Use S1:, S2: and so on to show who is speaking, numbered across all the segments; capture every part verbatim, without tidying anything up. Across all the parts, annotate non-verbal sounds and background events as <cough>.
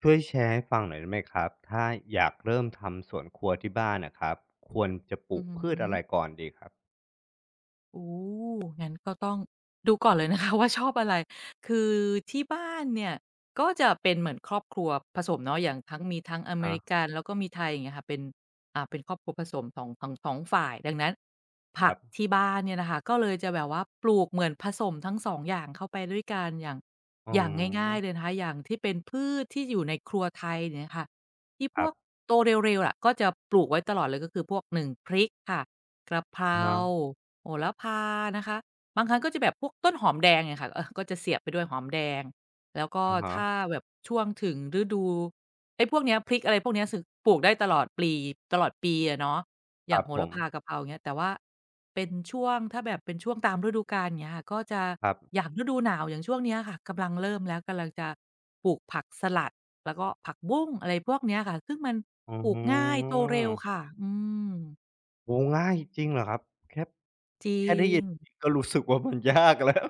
S1: ช่วยแชร์ให้ฟังหน่อยได้ไหมครับถ้าอยากเริ่มทำสวนครัวที่บ้านนะครับควรจะป
S2: อื
S1: ลูกพืชอะไร
S2: ม
S1: ก่อนดีครับ
S2: โอ้งั้นก็ต้องดูก่อนเลยนะคะ <laughs> ว่าชอบอะไรคือที่บ้านเนี่ยก็จะเป็นเหมือนครอบครัวผสมเนาะอย่างทั้งมีทั้งอเม
S1: อะฮะ
S2: ริกันแล้วก็มีไทยอย่างเงี้ยค่ะเป็นอ่าเป็นครอบครัวผสม สอง- องทั้งสองฝ่ายดังนั้น
S1: ค
S2: ผัก
S1: รับ
S2: ที่บ้านเนี่ยนะคะก็เลยจะแบบว่าปลูกเหมือนผสมทั้งสององอย่างเข้าไปด้วยกันอย่าง
S1: อ๋
S2: อย่างง่าย
S1: อ
S2: ๆเลยนะคะอย่างที่เป็นพืชที่อยู่ในครัวไทยเนี่ยค่ะที่พ
S1: ครั
S2: ว
S1: บ
S2: กโตเร็วๆอะก็จะปลูกไว้ตลอดเลยก็คือพวกหนึ่งพริกค่ะกระเพรา
S1: เนาะ
S2: โหระพานะคะบางครั้งก็จะแบบพวกต้นหอมแดงเนี่ยค่ะเออก็จะเสียบไปด้วยหอมแดงแล้วก็
S1: อะ
S2: ถ้า
S1: ฮะ
S2: แบบช่วงถึงฤดูไอ้พวกเนี้ยพริกอะไรพวกเนี้ยสึปลูกได้ตลอดปลีตลอดปีอะเนาะอ
S1: ค
S2: ย่า
S1: รั
S2: ง
S1: บ
S2: โห
S1: ผ
S2: ระ
S1: ม
S2: พากะเพราอย่างเงี้ยแต่ว่าเป็นช่วงถ้าแบบเป็นช่วงตามฤดูกาลอย่างเงี้ยค่ะก็จะ
S1: ครั
S2: อย่า
S1: บ
S2: งฤดูหนาวอย่างช่วงเนี้ยค่ะกำลังเริ่มแล้วกำลังจะปลูกผักสลัดแล้วก็ผักบุ้งอะไรพวกเนี้ยค่ะซึ่งมัน
S1: อื
S2: ปลูกง่ายโตเร็วค่ะ
S1: ม
S2: อืม
S1: โอ้ง่ายจริงเหรอครับแค่
S2: จริ
S1: แค่ได้
S2: ง
S1: ยินก็รู้สึกว่ามันยากแล้ว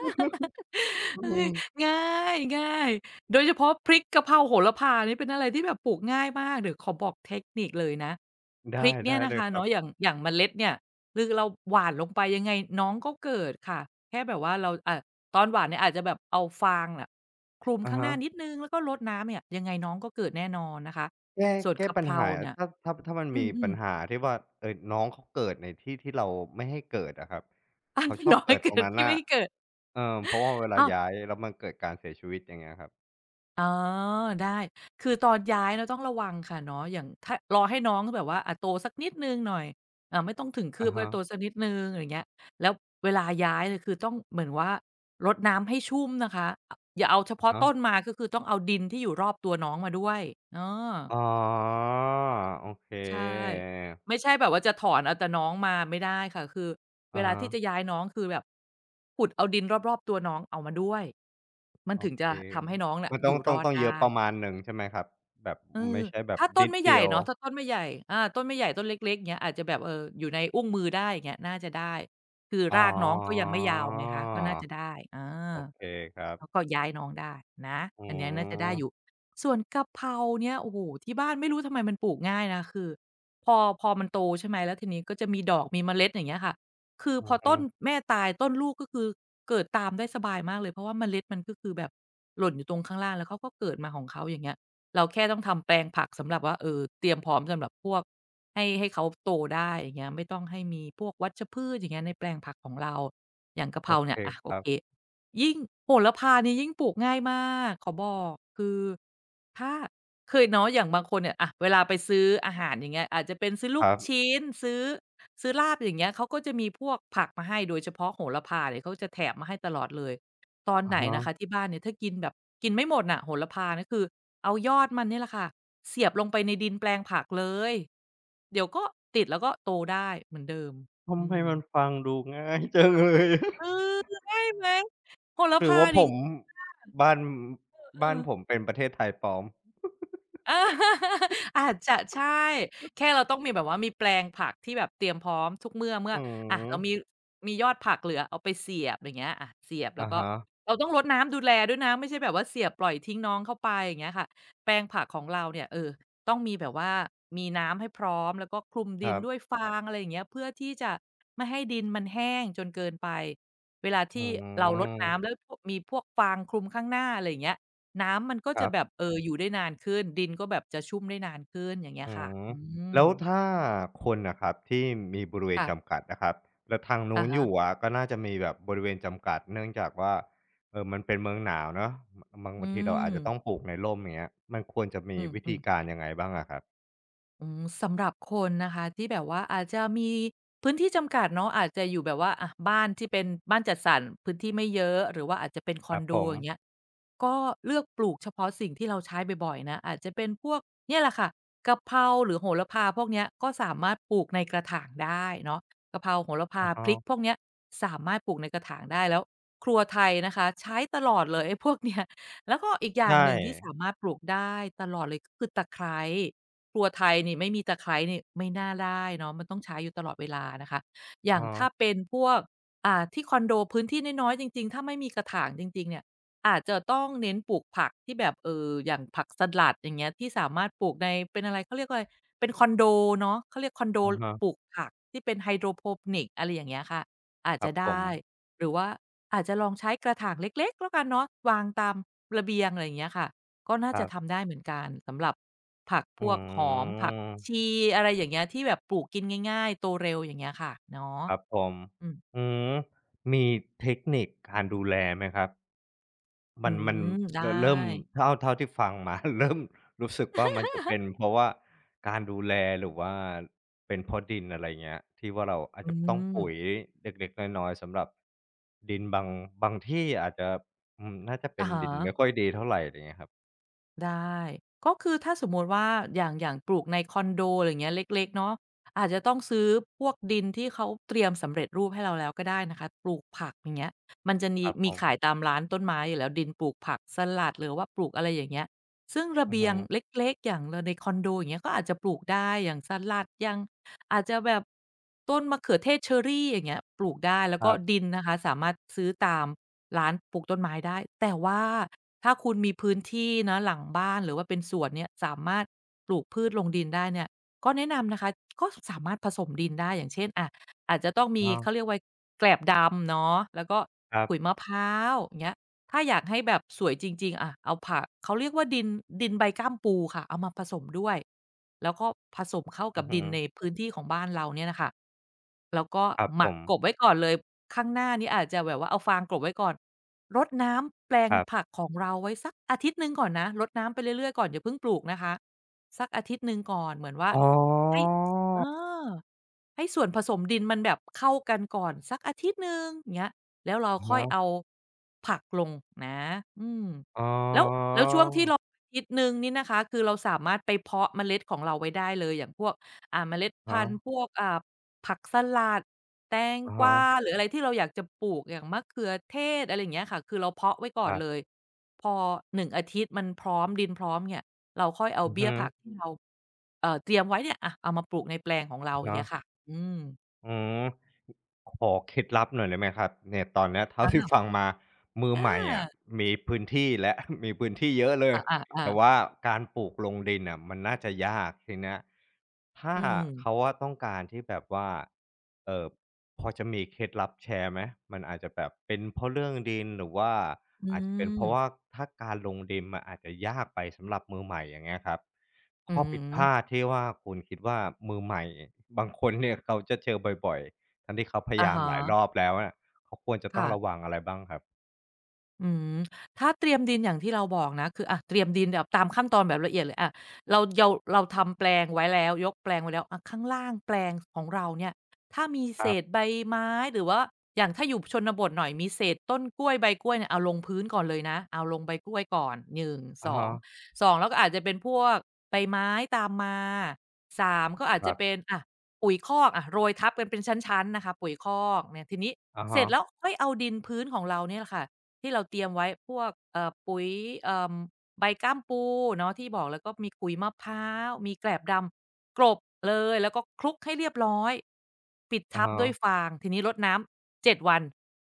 S1: <laughs> อื
S2: เฮ้ย
S1: ม
S2: ง่ายง่ายโดยเฉพาะพริกกะเพราโหระพานี่เป็นอะไรที่แบบปลูกง่ายมากเดี๋ยวขอบอกเทคนิคเลยนะพ
S1: ได้
S2: ริกเนี่ย
S1: ได้
S2: นะ
S1: เลย
S2: คะ
S1: ครับ
S2: เนาะอย่างอย่างเมล็ดเนี่ยคือเราหว่านลงไปยังไงน้องก็เกิดค่ะแค่แบบว่าเราอ่าตอนหว่านเนี่ยอาจจะแบบเอาฟางน่ะคลุม
S1: อะ
S2: ข้างห
S1: ฮะ
S2: น้านิดนึงแล้วก็รดน้ำเนี่ยยังไงน้องก็เกิดแน่นอนนะคะ
S1: แก้
S2: ส่วน
S1: แก้
S2: กะ
S1: ปั
S2: เพ
S1: ญ
S2: รา
S1: หา
S2: เนี่ย
S1: ถ้าถ้าถ้ามัน
S2: อื
S1: มี
S2: มอ
S1: ปั
S2: ม
S1: ญหาที่ว่าเอ่อน้องเขาเกิดในที่ที่เราไม่ให้เกิดอะครับ
S2: อัน
S1: เขา
S2: <laughs>
S1: ชอบ
S2: น้อย
S1: เกิดตรง
S2: เกิด
S1: นั้น
S2: ที่
S1: น่ะ
S2: ไม่เกิด
S1: เออเพราะว่าเวลาย้า
S2: อ
S1: ยแล้วมันเกิดการเสียชีวิตอย่างเงี้ยครับ
S2: อ๋อได้คือตอนย้ายเราต้องระวังค่ะเนาะอย่างถ้ารอให้น้องแบบว่าอ่าโตสักนิดหนึ่งหน่อยอ่าไม่ต้องถึงคื
S1: อะ
S2: บก็โต
S1: ฮะ
S2: สักนิดหนึ่งอะไรอย่างเงี้ยแล้วเวลาย้ายเนี่ยคือต้องเหมือนว่ารดน้ำให้ชุ่มนะคะออย่าเอาเฉ
S1: อะ
S2: พาะ
S1: ฮะ
S2: ต้นมาก็คือต้องเอาดินที่อยู่รอบตัวน้องมาด้วยเออ
S1: อ๋อโอเค
S2: ใช่ไม่ใช่แบบว่าจะถอนเอาแต่น้องมาไม่ได้ค่ะคือเว
S1: อะ
S2: ลา
S1: ฮะ
S2: ที่จะย้ายน้องคือแบบขุดเอาดินรอบๆตัวน้องเอามาด้วยมัน
S1: โอ
S2: ถึง
S1: เค
S2: จะทำให้น้องน่ะ
S1: มัน
S2: อ
S1: ต้อง
S2: ยู่ร
S1: ต้อง
S2: อด
S1: ต้องเยอะ
S2: ได้
S1: ประมาณหนึ่งใช่ไหมครับแบบ
S2: เออ
S1: ไม่ใช่แบบ
S2: ถ้าต้น
S1: นิด
S2: ไม่ใหญ่
S1: เดียว
S2: เนาะถ้าต้นไม่ใหญ่อาต้นไม่ใหญ่ต้นเล็กๆเงี้ยอาจจะแบบเอ่ออยู่ในอุ้งมือได้อย่างเงี้ยน่าจะได้คือ
S1: อ๋อ
S2: รากน้องก็ยังไม่ยาวไงคะก็น่าจะได้อา
S1: โอเคครับ
S2: แล้วก็ย้ายน้องได้นะ
S1: อื
S2: อันเนี้ยน่าจะได้อยู่
S1: ม
S2: ส่วนกะเพราเนี่ยโอ้โฮที่บ้านไม่รู้ทำไมมันปลูกง่ายนะคือพอพอมันโตใช่ไหมแล้วทีนี้ก็จะมีดอกมีเมล็ดอย่างเงี้ยค่ะคือ
S1: อื
S2: พ
S1: อ
S2: อ
S1: ฮึ
S2: ต้นแม่ตายต้นลูกก็คือเกิดตามได้สบายมากเลย เพราะว่าเมล็ดมันก็คือแบบหล่นอยู่ตรงข้างล่างแล้วเขาก็เกิดมาของเขาอย่างเงี้ย เราแค่ต้องทำแปลงผักสำหรับว่าเออเตรียมพร้อมสำหรับพวกให้ให้เขาโตได้อย่างเงี้ยไม่ต้องให้มีพวกวัชพืชอย่างเงี้ยในแปลงผักของเราอย่างกะเพ
S1: โอ
S2: รา
S1: เค
S2: เนี่ยอะ
S1: ค
S2: โอ
S1: รับ
S2: เคยิ่งโหระพานี่ยิ่งปลูกง่ายมากขอบอกคือถ้าเคยเนาะอย่างบางคนเนี่ยอะเวลาไปซื้ออาหารอย่างเงี้ยอาจจะเป็นซื้อลู
S1: ค
S2: ก
S1: รับ
S2: ชิ้นซื้อซื้อลาบอย่างเงี้ยเขาก็จะมีพวกผักมาให้โดยเฉพาะโหระพาเนี่ยเขาจะแถมมาให้ตลอดเลย ตอน
S1: อะ
S2: ไหนนะคะ
S1: ฮะ
S2: ที่บ้านเนี่ยถ้ากินแบบกินไม่หมดน่ะโหระพาเนี่ยคือเอายอดมันเนี่ยแหละค่ะเสียบลงไปในดินแปลงผักเลยเดี๋ยวก็ติดแล้วก็โตได้เหมือนเดิม
S1: ทำ
S2: อื
S1: ไม
S2: ม
S1: มันฟังดูง่ายจังเลย <laughs>
S2: เออง่ายไหมโหระ
S1: หรือ
S2: พา
S1: ว่าผ
S2: นี่
S1: มบ้าน
S2: เอ
S1: บ้าน
S2: อ
S1: ผมเป็นประเทศไทยปลอม
S2: <laughs> เออ <laughs> อาจจะใช่แค่เราต้องมีแบบว่ามีแปลงผักที่แบบเตรียมพร้อมทุกเมื่อเมื่อ
S1: อื
S2: อะเรามี
S1: ม
S2: มียอดผักเหลือเอาไปเสียบอย่างเงี้ยอะเสียบแล้ว
S1: อะ
S2: ก็
S1: ฮะ
S2: เราต้องรดน้ำดูแลด้วยนะไม่ใช่แบบว่าเสียบปล่อยทิ้งน้องเข้าไปอย่างเงี้ยค่ะแปลงผักของเราเนี่ยเออต้องมีแบบว่ามีน้ำให้พร้อมแล้วก็คลุม
S1: ค
S2: ดิน
S1: รั
S2: ด้วย
S1: บ
S2: ฟางอะไรอย่างเงี้ยเพื่อที่จะไม่ให้ดินมันแห้งจนเกินไปเวลา
S1: อื
S2: ที่เรารดน้ำแล้
S1: ม
S2: วพวกมีพวกฟางคลุมข้างหน้าอะไรอย่างเงี้ย น้ำมันก็
S1: ค
S2: จะ
S1: รั
S2: แบบ
S1: บ
S2: เอออยู่ได้นานขึ้นดินก็แบบจะชุ่มได้นานขึ้นอย่างเงี้ย
S1: อื
S2: ค่ะ
S1: ม
S2: อืม
S1: แล้วถ้าคนนะครับที่มีบริเวณ
S2: ค่ะ
S1: จำกัดนะครับแล้วทางนู้
S2: อะ
S1: นอยู่
S2: ฮะ
S1: อะก็น่าจะมีแบบบริเวณจำกัดเนื่องจากว่าเออมันเป็นเมืองหนาวเนอะบาง
S2: อื
S1: บางทีเราอา
S2: ม
S1: จจะต้องปลูกในร่มอย่างเงี้ยมันควรจะมี
S2: อื
S1: วิธี
S2: ม
S1: กา
S2: ๆ
S1: รยังไงบ้างอะครับ
S2: อืมสำหรับคนนะคะที่แบบว่าอาจจะมีพื้นที่จำกัดเนาะอาจจะอยู่แบบว่าอะบ้านที่เป็นบ้านจัดสรรพื้นที่ไม่เยอะหรือว่าอาจจะเป็นค
S1: ค
S2: อ
S1: รั
S2: น
S1: บ
S2: โด
S1: ผม
S2: อย่างเงี้ยก็เลือกปลูกเฉพาะสิ่งที่เราใช้บ่อยๆนะอาจจะเป็นพวกเนี่ยแหละค่ะกะเพราหรือโหระพาพวกเนี้ยก็สามารถปลูกในกระถางได้เนาะกะเพราโหระพา
S1: อะฮะ
S2: พริกพวกเนี้ยสามารถปลูกในกระถางได้แล้วครัวไทยนะคะใช้ตลอดเลยไอ้พวกเนี้ยแล้วก็อีกอย่าง
S1: ใช่
S2: หนึ่งที่สามารถปลูกได้ตลอดเลยก็คือตะไคร้ ครัวไทยนี่ไม่มีตะไคร้นี่ไม่น่าได้เนาะมันต้องใช้อยู่ตลอดเวลานะคะอย่าง
S1: อะะ
S2: ถ้าเป็นพวกอ่าที่คอนโดพื้นที่น้อยๆจริงๆถ้าไม่มีกระถางจริงๆเนี่ยอาจจะต้องเน้นปลูกผักที่แบบเอ่ออย่างผักสลัดอย่างเงี้ยที่สามารถปลูกในเป็นอะไรเขาเรียกว่าอะไรเป็นคอนโดเนาะเขาเรียกคอนโด
S1: อะฮะ
S2: ปลูกผักที่เป็นไฮโดรโพนิกอะไรอย่างเงี้ยค่ะอาจ
S1: ครั
S2: จะ
S1: บผม
S2: ได้หรือว่าอาจจะลองใช้กระถางเล็กๆแล้วกันเนาะวางตามระเบียงอะไรอย่างเงี้ยค่ะ ก็น่า
S1: ครั
S2: จะ
S1: บ
S2: ทำได้เหมือนกันสำหรับผักพ
S1: อื
S2: วกหอมผัก
S1: ม
S2: ชีอะไรอย่างเงี้ยที่แบบปลูกกินง่ายๆโตเร็วอย่างเงี้ยค่ะเนาะ
S1: ครับผม
S2: อืม
S1: อืมมีเทคนิคการดูแลไหมครับ
S2: อื
S1: มันมัน
S2: มได้
S1: รเริ่มเท่าเท่าที่ฟังมา <laughs> เริ่มรู้สึกว่ามัน
S2: <laughs>
S1: จะเป็นเพราะว่าการดูแลหรือว่าเป็นเพราะดินอะไรเงี้ยที่ว่าเราอาจ
S2: อื
S1: จะต้อง
S2: ม
S1: ปุ๋ยเล็กๆน้อยๆสำหรับดินบางบางที่อาจจะอืมน่าจะเป็
S2: อะ
S1: น
S2: ฮะ
S1: ดินไม่ค่อยดีเท่าไรไรเงี้ยครับ
S2: ได้ก็คือถ้าสมมุติว่าอย่างอย่างปลูกในคอนโดอะไรอย่างเงี้ยเล็กๆเนาะอาจจะต้องซื้อพวกดินที่เขาเตรียมสำเร็จรูปให้เราแล้วก็ได้นะคะปลูกผักอย่างเงี้ยมันจะมี
S1: ครับผ
S2: มี
S1: ม
S2: ขายตามร้านต้นไม้อยู่แล้วดินปลูกผักสลัดหรือว่าปลูกอะไรอย่างเงี้ยซึ่งระ
S1: อือ
S2: เบีย
S1: ฮึ
S2: งเล็กๆอย่างลในคอนโดอย่างเงี้ยก็อาจจะปลูกได้อย่างสลัดอย่าง อาจจะแบบต้นมะเขือเทศเชอรี่อย่างเงี้ยปลูกได้แล้ว
S1: ค
S2: ก็
S1: รั
S2: ดิ
S1: บ
S2: นนะคะสามารถซื้อตามร้านปลูกต้นไม้ได้แต่ว่าถ้าคุณมีพื้นที่นะหลังบ้านหรือว่าเป็นสวนเนี่ยสามารถปลูกพืชลงดินได้เนี่ยก็แนะนำนะคะก็สามารถผสมดินได้อย่างเช่นอะอาจจะต้องมี
S1: อ้อ
S2: เขาเรียกว่าแกลบดำเนาะแล้วก็
S1: ครั
S2: ขุยมะ
S1: บ
S2: พร้าวอย่างเงี้ย ถ้าอยากให้แบบสวยจริงๆอะเอาผักเขาเรียกว่าดินดินใบกล้ามปูค่ะเอามาผสมด้วยแล้วก็ผสมเข้า
S1: อื
S2: กั
S1: อ
S2: บ
S1: ฮึ
S2: ดินในพื้นที่ของบ้านเราเนี่ยน่ะค่ะแล้วก็
S1: ครับ
S2: ห
S1: ผ
S2: มัก
S1: ม
S2: กลบไว้ก่อนเลยข้างหน้านี้อาจจะแบบว่าเอาฟางกลบไว้ก่อนรดน้ำแปลง
S1: ครับ
S2: ผักของเราไว้สักอาทิตย์หนึ่งก่อนนะรดน้ำไปเรื่อยๆก่อนอย่าเพิ่งปลูกนะคะสักอาทิตย์หนึ่งก่อนเหมือนว่า
S1: อ๋
S2: ให้
S1: อ
S2: เออ ให้ส่วนผสมดินมันแบบเข้ากันก่อนสักอาทิตย์หนึ่งอย่างเงี้ยแล้วเรา
S1: อะ
S2: ค่อย
S1: ฮะ
S2: เอาผักลงนะอืม
S1: อ๋
S2: แล้ว
S1: อ
S2: แล้วช่วงที่รออาทิตย์หนึ่งนี่นะคะคือเราสามารถไปเพาะเมล็ดของเราไว้ได้เลยอย่างพวกอ่าเมล็ด
S1: อะ
S2: พันธุ์พ
S1: ฮะ
S2: วกอ่าผักสลัดแตง
S1: อะ
S2: กวา
S1: ฮะ
S2: หรืออะไรที่เราอยากจะปลูกอย่างมะเขือเทศอะไรอย่างเงี้ยค่ะคือเราเพาะไว้ก่อ
S1: ค
S2: น
S1: รั
S2: เลย
S1: บ
S2: พอหนึ่งอาทิตย์มันพร้อมดินพร้อมเนี่ยเราค่อยเอา
S1: อือ
S2: เบี้ย
S1: ฮึ
S2: ผักที่เราเอ่อเตรียมไว้เนี่ยอะเอามาปลูกในแปลงของเรา
S1: อะ
S2: อย่าง
S1: ฮะ
S2: เงี้ยค่ะ อืม
S1: อืม ขอเคล็ดลับหน่อยได้ไหมครับเนี่ยตอนเนี้ยเท่า
S2: อะ
S1: ที่
S2: ฮะ
S1: ฟังมามือ
S2: อ
S1: ใหม่อะ
S2: า
S1: มีพื้นที่แล้ว <laughs> มีพื้นที่เยอะเล
S2: อ
S1: ย
S2: า
S1: แต่
S2: ๆๆ
S1: ว่าการปลูกลงดินอ่ะมันน่าจะยากทีเนี้ยถ้า
S2: อืม
S1: เขาว่าต้องการที่แบบว่าเออพอจะมีเคล็ดลับแชร์ไหมมันอาจจะแบบเป็นเพราะเรื่องดินหรือว่า
S2: อื
S1: อาจจะเป็นเพราะว่า
S2: ม
S1: ถ้าการลงดินมันอาจจะยากไปสำหรับมือใหม่อย่างเงี้ยครับ
S2: อื
S1: ข้
S2: อ
S1: อ
S2: ฮึ
S1: ผิดพลาดที่ว่าคุณคิดว่ามือใหม่บางคนเนี่ยเขาจะเจอบ่อย ทั้งที่เขาพยา
S2: อะ
S1: ยา
S2: ฮ
S1: มหลายรอ
S2: ะ
S1: บแล้วอะเขาควรจะต้องระ
S2: ค่ะ
S1: วังอะไรบ้างครับ
S2: อืมถ้าเตรียมดินอย่างที่เราบอกนะคืออะเตรียมดินแบบตามขั้นตอนแบบละเอียดเลยอะเราเราเราทำแปลงไว้แล้วยกแปลงไว้แล้วอะข้างล่างแปลงของเราเนี่ยถ้ามี
S1: ค
S2: เศ
S1: รั
S2: ษใบ
S1: บ
S2: ไม้หรือว่าอย่างถ้าอยู่ชนบทหน่อยมีเศษต้นกล้วยใบกล้วยเนี่ยเอาลงพื้นก่อนเลยนะเอาลงใบกล้วยก่อนหนึ่งส
S1: อะ
S2: อ
S1: ฮะ
S2: งสองแล้วก็อาจจะเป็นพวกใบไม้ตามมาสามก็อาจ
S1: ครั
S2: จะเป็น
S1: บ
S2: อะปุ๋ยคอกอะโรยทับกันเป็นชั้นๆนะคะปุ๋ยคอกเนี่ยทีนี้
S1: อะ
S2: เส
S1: ฮะ
S2: ร็จแล้วค่อยเอาดินพื้นของเราเนี่ยแหละค่ะ ที่เราเตรียมไว้พวกเอ่อปุ๋ยเอ่อใบกล้ามปูเนาะที่บอกแล้วก็มีขุยมะพร้าวมีแกลบดำกลบเลยแล้วก็คลุกให้เรียบร้อยปิด
S1: อะ
S2: ทับ
S1: ฮะ
S2: ด้วยฟางทีนี้รดน้ำเจ็ดวัน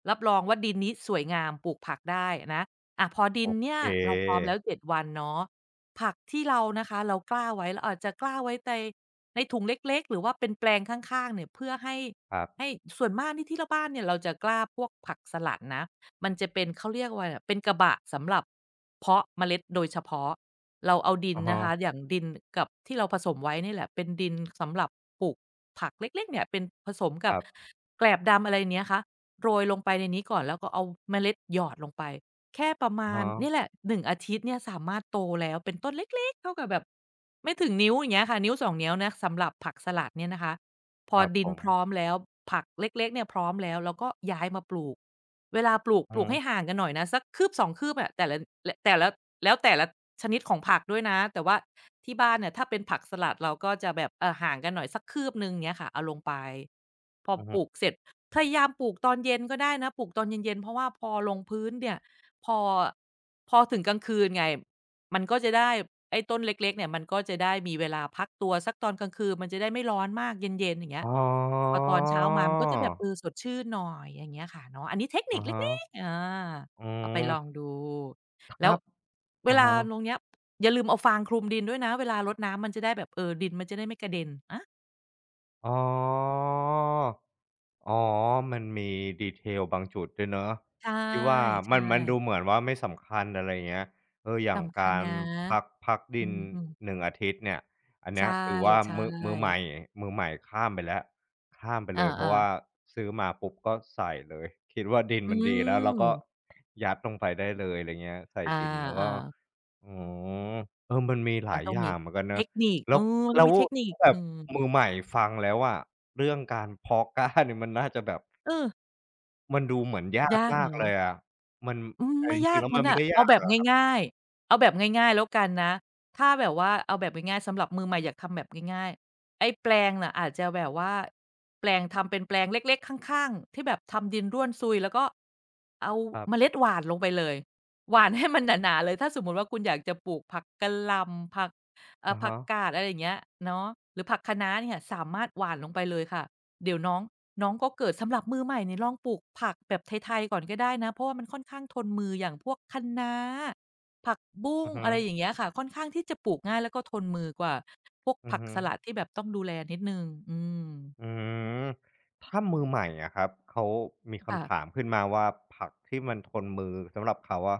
S2: รับรองว่าดินนี้สวยงามปลูกผักได้นะอะพอดิ
S1: โอ
S2: นเนี่
S1: เค
S2: ยเราพร้อมแล้วเจ็ดวันเนาะผักที่เรานะคะเรากล้าไว้เราอาจจะกล้าไว้ในในถุงเล็กๆหรือว่าเป็นแปลงข้างๆเนี่ยเพื่อให้
S1: ครั
S2: ให้
S1: บ
S2: ส่วนมากนี่ที่ลบ้านเนี่ยเราจะกล้าพวกผักสลัดนะ มันจะเป็นเขาเรียกว่าเป็นกระบะสำหรับเพาะเมล็ดโดยเฉพาะเราเอาดิน
S1: อะ
S2: นะ
S1: ฮะ
S2: คะอย่างดินกับที่เราผสมไว้นี่แหละเป็นดินสำหรับปลูกผักเล็กๆเนี่ยเป็นผสม
S1: ค
S2: กับ
S1: รับ
S2: แกลบดำอะไรเนี้ยคะโรยลงไปในนี้ก่อนแล้วก็เอาเมล็ดหยอดลงไปแค่ประ
S1: อะ
S2: มาณ
S1: ฮะ
S2: นี่แหละหนึ่งอาทิตย์เนี่ยสามารถโตแล้วเป็นต้นเล็กๆเท่ากับแบบไม่ถึงนิ้วอย่างเงี้ยค่ะนิ้วสองนิ้วนะสำหรับผักสลัดเนี่ยนะคะพอ
S1: ครับ
S2: ดิ
S1: ผ
S2: น
S1: ม
S2: พร้อมแล้วผักเล็กๆเนี่ยพร้อมแล้วเราก็ย้ายมาปลูก เวลาปลูก
S1: อื
S2: ป
S1: อ
S2: ลูกให้ห่า
S1: ฮึ
S2: งกันหน่อยนะสักคืบสองคืบอะแต่ละลแต่ละแล้วแต่ละชนิดของผักด้วยนะแต่ว่าที่บ้านเนี่ยถ้าเป็นผักสลัดเราก็จะแบบเอ่อห่างกันหน่อยสักคืบหนึ่งเงี้ยค่ะเอาลงไปพอ
S1: อือ
S2: ป
S1: ฮึ
S2: ลูกเสร็จพยายามปลูกตอนเย็นก็ได้นะปลูกตอนเย็นๆเพราะว่าพอลงพื้นเนี่ยพอพอถึงกลางคืนไง มันก็จะได้ไอ้ต้นเล็กๆเนี่ยมันก็จะได้มีเวลาพักตัวสักตอนกลางคืนมันจะได้ไม่ร้อนมากเย็นๆอย่างเงี้
S1: อ๋
S2: ย
S1: อ
S2: พอตอนเช้ามามันก็จะแบบเออสดชื่นหน่อยอย่างเงี้ยค่ะเนาะอันนี้เทคนิ
S1: อะ
S2: ค
S1: ฮะ
S2: เล็กๆอา
S1: อื
S2: เอาไปลอง
S1: ม
S2: ดู
S1: ค
S2: แล้ว
S1: รับ
S2: เว
S1: อะ
S2: ลาลง
S1: ฮะ
S2: เนี้ยอย่าลืมเอาฟางคลุมดินด้วยนะเวลารดน้ำมันจะได้แบบเออดินมันจะได้ไม่กระเด็นอา
S1: อ๋อ อ๋อมันมีดีเทลบางจุดด้วยเนาะ
S2: ใช
S1: ที่ว่ามั
S2: ่
S1: นมันดูเหมื
S2: ๆ
S1: อนว่าไม่สำคัญอะไรอย่างเงี้ยเอออย่าง
S2: สำคัญ
S1: การ
S2: นะ
S1: พักพัก
S2: อื
S1: ดิน
S2: มๆ
S1: หนึ่งอาทิตย์เนี่ยอัน
S2: ใช
S1: เนี้ยถือว่า
S2: ่
S1: มือมือใหม่
S2: ๆ
S1: มือใหม่ข้ามไปแล้วข้ามไป
S2: อ
S1: เลยเพราะ
S2: าๆ
S1: ว่าซื้อมาปุ๊บก็ใส่เลยคิดว่าดิน
S2: อื
S1: มันดีแล้วเราก็
S2: ม
S1: ยัดลงไปได้เลยอะไรเงี้ยใส่
S2: อ
S1: ดินแล้วก็
S2: าๆ
S1: อ๋มเออมันมีห
S2: มัน
S1: ลาย
S2: ต้อง
S1: อ
S2: มี
S1: ย่างเหมือนกัน
S2: เท
S1: เนาะ
S2: คนิค
S1: แล้
S2: เออ
S1: ว
S2: มันต้
S1: แล้
S2: อง
S1: ว
S2: มีเทคนิค
S1: แบ
S2: อื
S1: บ
S2: ม
S1: มือใหม่ฟังแล้วอะเรื่องการเพาะกล้า <laughs> เนี่ยมันน่าจะแบบ
S2: เอ
S1: มันดูเหมือนยา
S2: อ
S1: ก
S2: ยาก
S1: มา
S2: เหร
S1: กเล
S2: อ
S1: ยอะมัน
S2: อืม
S1: แต่
S2: ไม่
S1: จริ
S2: ยา
S1: ง
S2: ก
S1: ๆแล้วมั
S2: งั้น
S1: นไม่
S2: น่ะ
S1: ได้
S2: เอา
S1: ยา
S2: แบ
S1: ก
S2: บ
S1: อะ
S2: ง่ายๆเอาแบบง่ายๆแล้วกันนะถ้าแบบว่าเอาแบบง่ายๆสำหรับมือใหม่อยากทำแบบง่ายๆไอ้แปลงน่ะอาจจะแบบว่าแปลงทำเป็นแปลงเล็กๆข้างๆที่แบบทำดินร่วนซุยแล้วก็เอา
S1: ครั
S2: เมล็
S1: บ
S2: ดหว่านลงไปเลยหว่านให้มันหนาๆเลยถ้าสมมุติว่าคุณอยากจะปลูกผักกะหล่ำผักเอ่อ
S1: อะ
S2: ผัก
S1: ฮะ
S2: กาดอะไรอย่างเงี้ยเนาะหรือผักคะน้าเนี่ยสามารถหว่านลงไปเลยค่ะเดี๋ยวน้อง น้องก็เกิดสำหรับมือใหม่เนี่ยลองปลูกผักแบบไทยๆก่อนก็ได้นะเพราะว่ามันค่อนข้างทนมืออย่างพวกคะน้าผักบุ้
S1: อื
S2: ง
S1: อฮึ
S2: อะไรอย่างเงี้ยค่ะค่อนข้างที่จะปลูกง่ายแล้วก็ทนมือกว่าพวก
S1: อือ
S2: ผัก
S1: ฮึ
S2: สลัดที่แบบต้องดูแลนิดหนึ่งอืม
S1: อืมถ้ามือใหม่อะครับเขามีคำถาม
S2: ค่ะ
S1: ขึ้นมาว่าผักที่มันทนมือสำหรับเขาอะ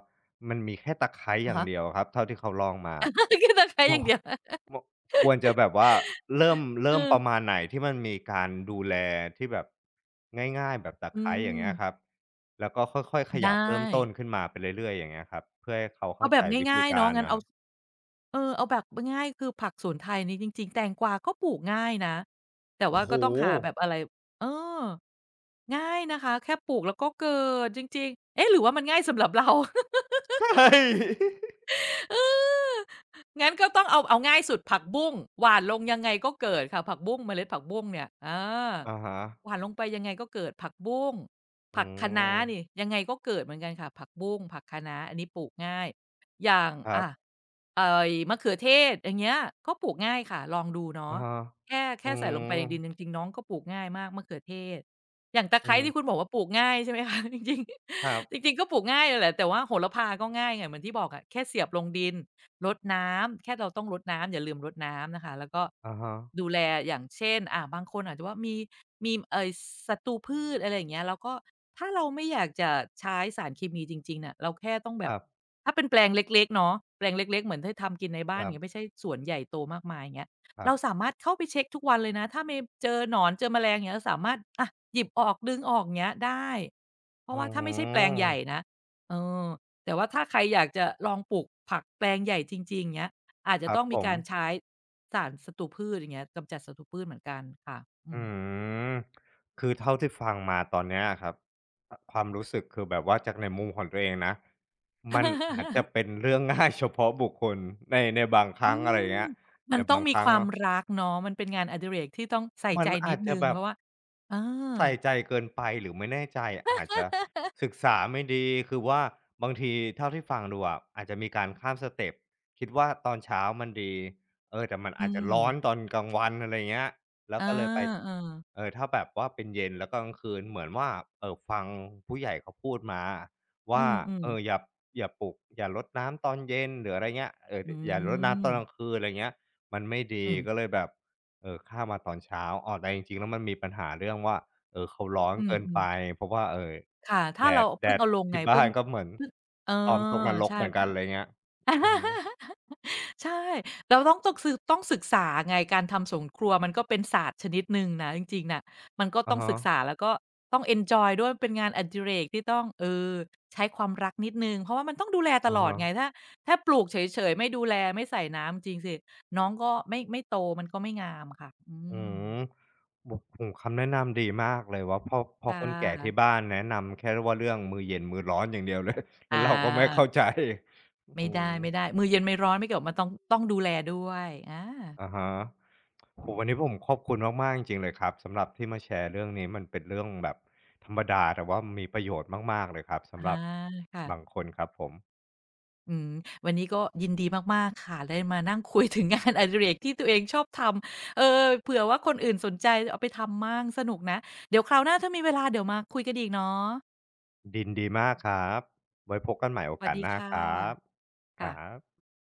S1: มันมีแค่ตะไคร้อ
S2: อะ
S1: ย่าง
S2: ฮะ
S1: เดียวครับเท่าที่เขาลองมา
S2: <laughs> กินตะไคร้อ
S1: เรา
S2: ย่างเดียว
S1: มควรจะแบบว่าเริ่ม
S2: เอ
S1: เริ่มประมา
S2: อ
S1: ณไหนที่มันมีการดูแลที่แบบง่ายๆแบบตะ
S2: อื
S1: ไคร้อย่าง
S2: ม
S1: เงี้ยครับแล้วก็ค่อยๆขยับ
S2: ได้
S1: เริ่มต้นขึ้นมาไปเรื่อยๆอย่างเงี้ยครับเพื่อให้เขา
S2: เอา
S1: เข้า
S2: แบ
S1: ใจ
S2: บ
S1: วิ
S2: ง่า
S1: ธี
S2: ยๆเนาะ
S1: การ
S2: งั้น
S1: น่ะค
S2: เอา
S1: รับ
S2: เออเอาแบบง่ายๆคือผักสวนไทยนี่จริงๆแตงกวาก็ปลูกง่ายนะแต่
S1: โอ้
S2: ว่า
S1: โฮ
S2: ก็ต้องหาแบบอะไรเออง่ายนะคะแค่ปลูกแล้วก็เกิดจริงๆเอ๊ะหรือว่ามันง่ายสำหรับ <laughs> เรา
S1: ใช่
S2: เอองั้นก็ต้องเอาเอาง่ายสุดผักบุ้งหว่านลงยังไงก็เกิดค่ะผักบุ้งเมล็ดผักบุ้งเนี่ยอา
S1: อะฮะ
S2: หว่านลงไปยังไงก็เกิดผักบุ้ง
S1: อื
S2: ผักคะน้านี่
S1: ม
S2: ยังไงก็เกิดเหมือนกันค่ะผักบุ้งผักคะน้าอันนี้ปลูกง่ายอย่าง
S1: ครั
S2: อ่า
S1: บ
S2: เอ่อมะเขือเทศอย่างเงี้ยก็ปลูกง่ายค่ะลองดู
S1: อะ
S2: เนาะ
S1: ฮะ
S2: แค่
S1: อื
S2: แค่ใส่ลงไป
S1: ม
S2: ในดินจริงๆน้องก็ปลูกง่ายมากมะเขือเทศ อย่างตะ
S1: อื
S2: ไคร้
S1: ม
S2: ที่คุณบอกว่าปลูกง่ายใช่ไหมคะ <laughs> จริง
S1: ครับ
S2: ๆจริงๆก็ปลูกง่ายเลยแหละแต่ว่าโหระพาก็ง่ายไงเหมือนที่บอกอะแค่เสียบลงดินรดน้ำแค่เราต้องรดน้ำอย่าลืมรดน้ำนะคะแล้วก็
S1: อะฮะ
S2: ดูแลอย่างเช่นอ่าบางคนอาจจะว่ามีมีเอ่อศัตรูพืชอะไรอย่างเงี้ยแล้วก็ถ้าเราไม่อยากจะใช้สารเคมีจริงๆน่ะเราแค่ต้องแบ
S1: ค
S2: บ
S1: รับ
S2: ถ้าเป็นแปลงเล็กๆเนาะแปลงเล็กๆเหมือนที่ทำกินในบ้านอย่างเงี้ยไม่ใช่สวนใหญ่โตมากมายอย่างเงี้ย
S1: ๆครับ
S2: เราสามารถเข้าไปเช็กทุกวันเลยนะถ้ามีเจอหนอนเจอแมลงอย่างเงี้ยเราสามารถอะหยิบออกดึงออกอย่างเงี้ยได้เพ
S1: อื
S2: ราะว่าถ้าไม่ใช่แปลงใหญ่
S1: ม
S2: นะเออแต่ว่าถ้าใครอยากจะลองปลูกผักแปลงใหญ่จริงๆอย่างเงี้ยอาจ
S1: ค
S2: จะ
S1: รั
S2: ต้
S1: บ
S2: อง
S1: ผ
S2: มี
S1: ม
S2: การใช้สารศัตรูพืชอย่างเงี้ยกำจัดศัตรูพืชเหมือนกันค่ะอื
S1: อื
S2: ม
S1: มคือเท่าที่ฟังมาตอนเนี้ยครับอความรู้สึกคือแบบว่าจากในมุมของตัวเองนะมันอาจจะ
S2: <laughs>
S1: เป็นเรื่องง่าย <laughs> เฉพาะบุคคลในในบางค
S2: อื
S1: รั้งอะไรอย่าง
S2: ม
S1: เงี้ย
S2: มั
S1: ใน
S2: นต้อง
S1: บาง
S2: มี
S1: ค
S2: ค
S1: รั้ง
S2: วามรักเนาะมันเป็นงานอดิเรกที่ต้องใส่
S1: มั
S2: ใจ
S1: น
S2: นิ
S1: อา
S2: ด
S1: จ
S2: ห
S1: จะ
S2: นึ่ง
S1: แบ
S2: เพ
S1: บ
S2: ราะว่าเออ
S1: ใส่ใจเกินไปหรือไม่แน่ใจอาจจะศึกษาไม่ดีคือว่าบางทีเท่าที่ฟังดูอะอาจจะมีการข้ามสเต็ปคิดว่าตอนเช้ามันดีเออแต่มัน
S2: อื
S1: อาจจะร้อนต
S2: ม
S1: อนกลางวันอะไรเงี้ยแล้
S2: เอ
S1: ว
S2: อ
S1: ก็เลยไป
S2: ๆ
S1: เออถ้าแบบว่าเป็นเย็นแล้วก็กลางคืนเหมือนว่าเอ่อฟังผู้ใหญ่เขาพูดมาอะ
S2: อื
S1: ว่า
S2: ม
S1: เอออ
S2: ๆ
S1: ย่าอย่าปลุกอย่ารดน้ำตอนเย็นหรืออะไรเงี้ยเอ่อ
S2: อื
S1: อย่ารดน้ำตอนกลาง
S2: ม
S1: คืนอะไรเงี้ยมันไม่ดี
S2: อื
S1: ก็
S2: ม
S1: เลยแบบเออข้ามมาตอนเช้าอ้อแต่จริงๆแล้วมันมีปัญหาเรื่องว่า เออเขาร้อน
S2: อื
S1: เกินไป
S2: มๆ
S1: เพราะว่าเอ่อ
S2: ค่ะ
S1: แด
S2: ถ้าเรา
S1: ดแด
S2: เพิ่ง
S1: ด
S2: เอาลงไง
S1: ที่บ้า
S2: เพิ่ง
S1: นก็เหมือน
S2: เพิ่งเออ
S1: พร้อมตกนรก
S2: ใช่
S1: เหมือนกั
S2: ถ้า
S1: นไรเงี้ยอือฮึ
S2: <laughs> ใช่เราต้องต้องซึต้องศึกษาไงการทำสวนครัวมันก็เป็นศาสตร์ชนิดหนึ่งนะจริงๆน่ะมันก็
S1: อะ
S2: ต้องศึกษา
S1: ฮะ
S2: แล้วก็ต้องเอนจอยด้วยมันเป็นงานอดิเรกที่ต้องเออใช้ความรักนิดหนึ่งเพราะว่ามันต้องดูแลต
S1: อะ
S2: ลอดไง
S1: ฮะ
S2: ถ้าถ้าปลูกเฉยๆไม่ดูแลไม่ใส่น้ำจริงสิน้องก็ไม่ไม่โตมันก็ไม่งามค่ะอื
S1: อื
S2: ม
S1: มโอ้โฮคำแนะนำดีมากเลยว่าพอพอ
S2: ค่
S1: คนแก่ที่
S2: ะ
S1: บ้านแนะนำแค่ว่าเรื่องมื้อเย็นมื้อร้อนอย่างเดียวเลย <laughs>
S2: อ
S1: แล้วเราก็ไม่เข้าใจ
S2: า ไม่
S1: อืม
S2: ได้ไมได้มือเย็นไม่ร้อนไม่เกี่ยวมันต้องต้องดูแลด้วยอา
S1: อะฮะโอ้โฮวันนี้ผมขอบคุณมากๆจริงๆเลยครับสำหรับที่มาแชร์เรื่องนี้มันเป็นเรื่องแบบธรรมดาแต่ว่ามีประโยชน์มากๆเลยครับ
S2: อา
S1: สำหรับบาง
S2: ค่ะ
S1: คนครับผม
S2: อืมวันนี้ก็ยินดีมากๆค่ะได้มานั่งคุยถึงงาน <laughs> อดิเรกที่ตัวเองชอบทำเออเผื่อว่าคนอื่นสนใจเอาไปทำมั่งสนุกนะเดี๋ยวคราวหน้าถ้ามีเวลาเดี๋ยวมาคุยกันอีกเนาะ
S1: ดินดีมากครับไว้พบกันใหม่โอ
S2: สวัส
S1: กาส
S2: ดี
S1: หน้า
S2: ค่ะ
S1: ครับค
S2: ค่ะ
S1: รับ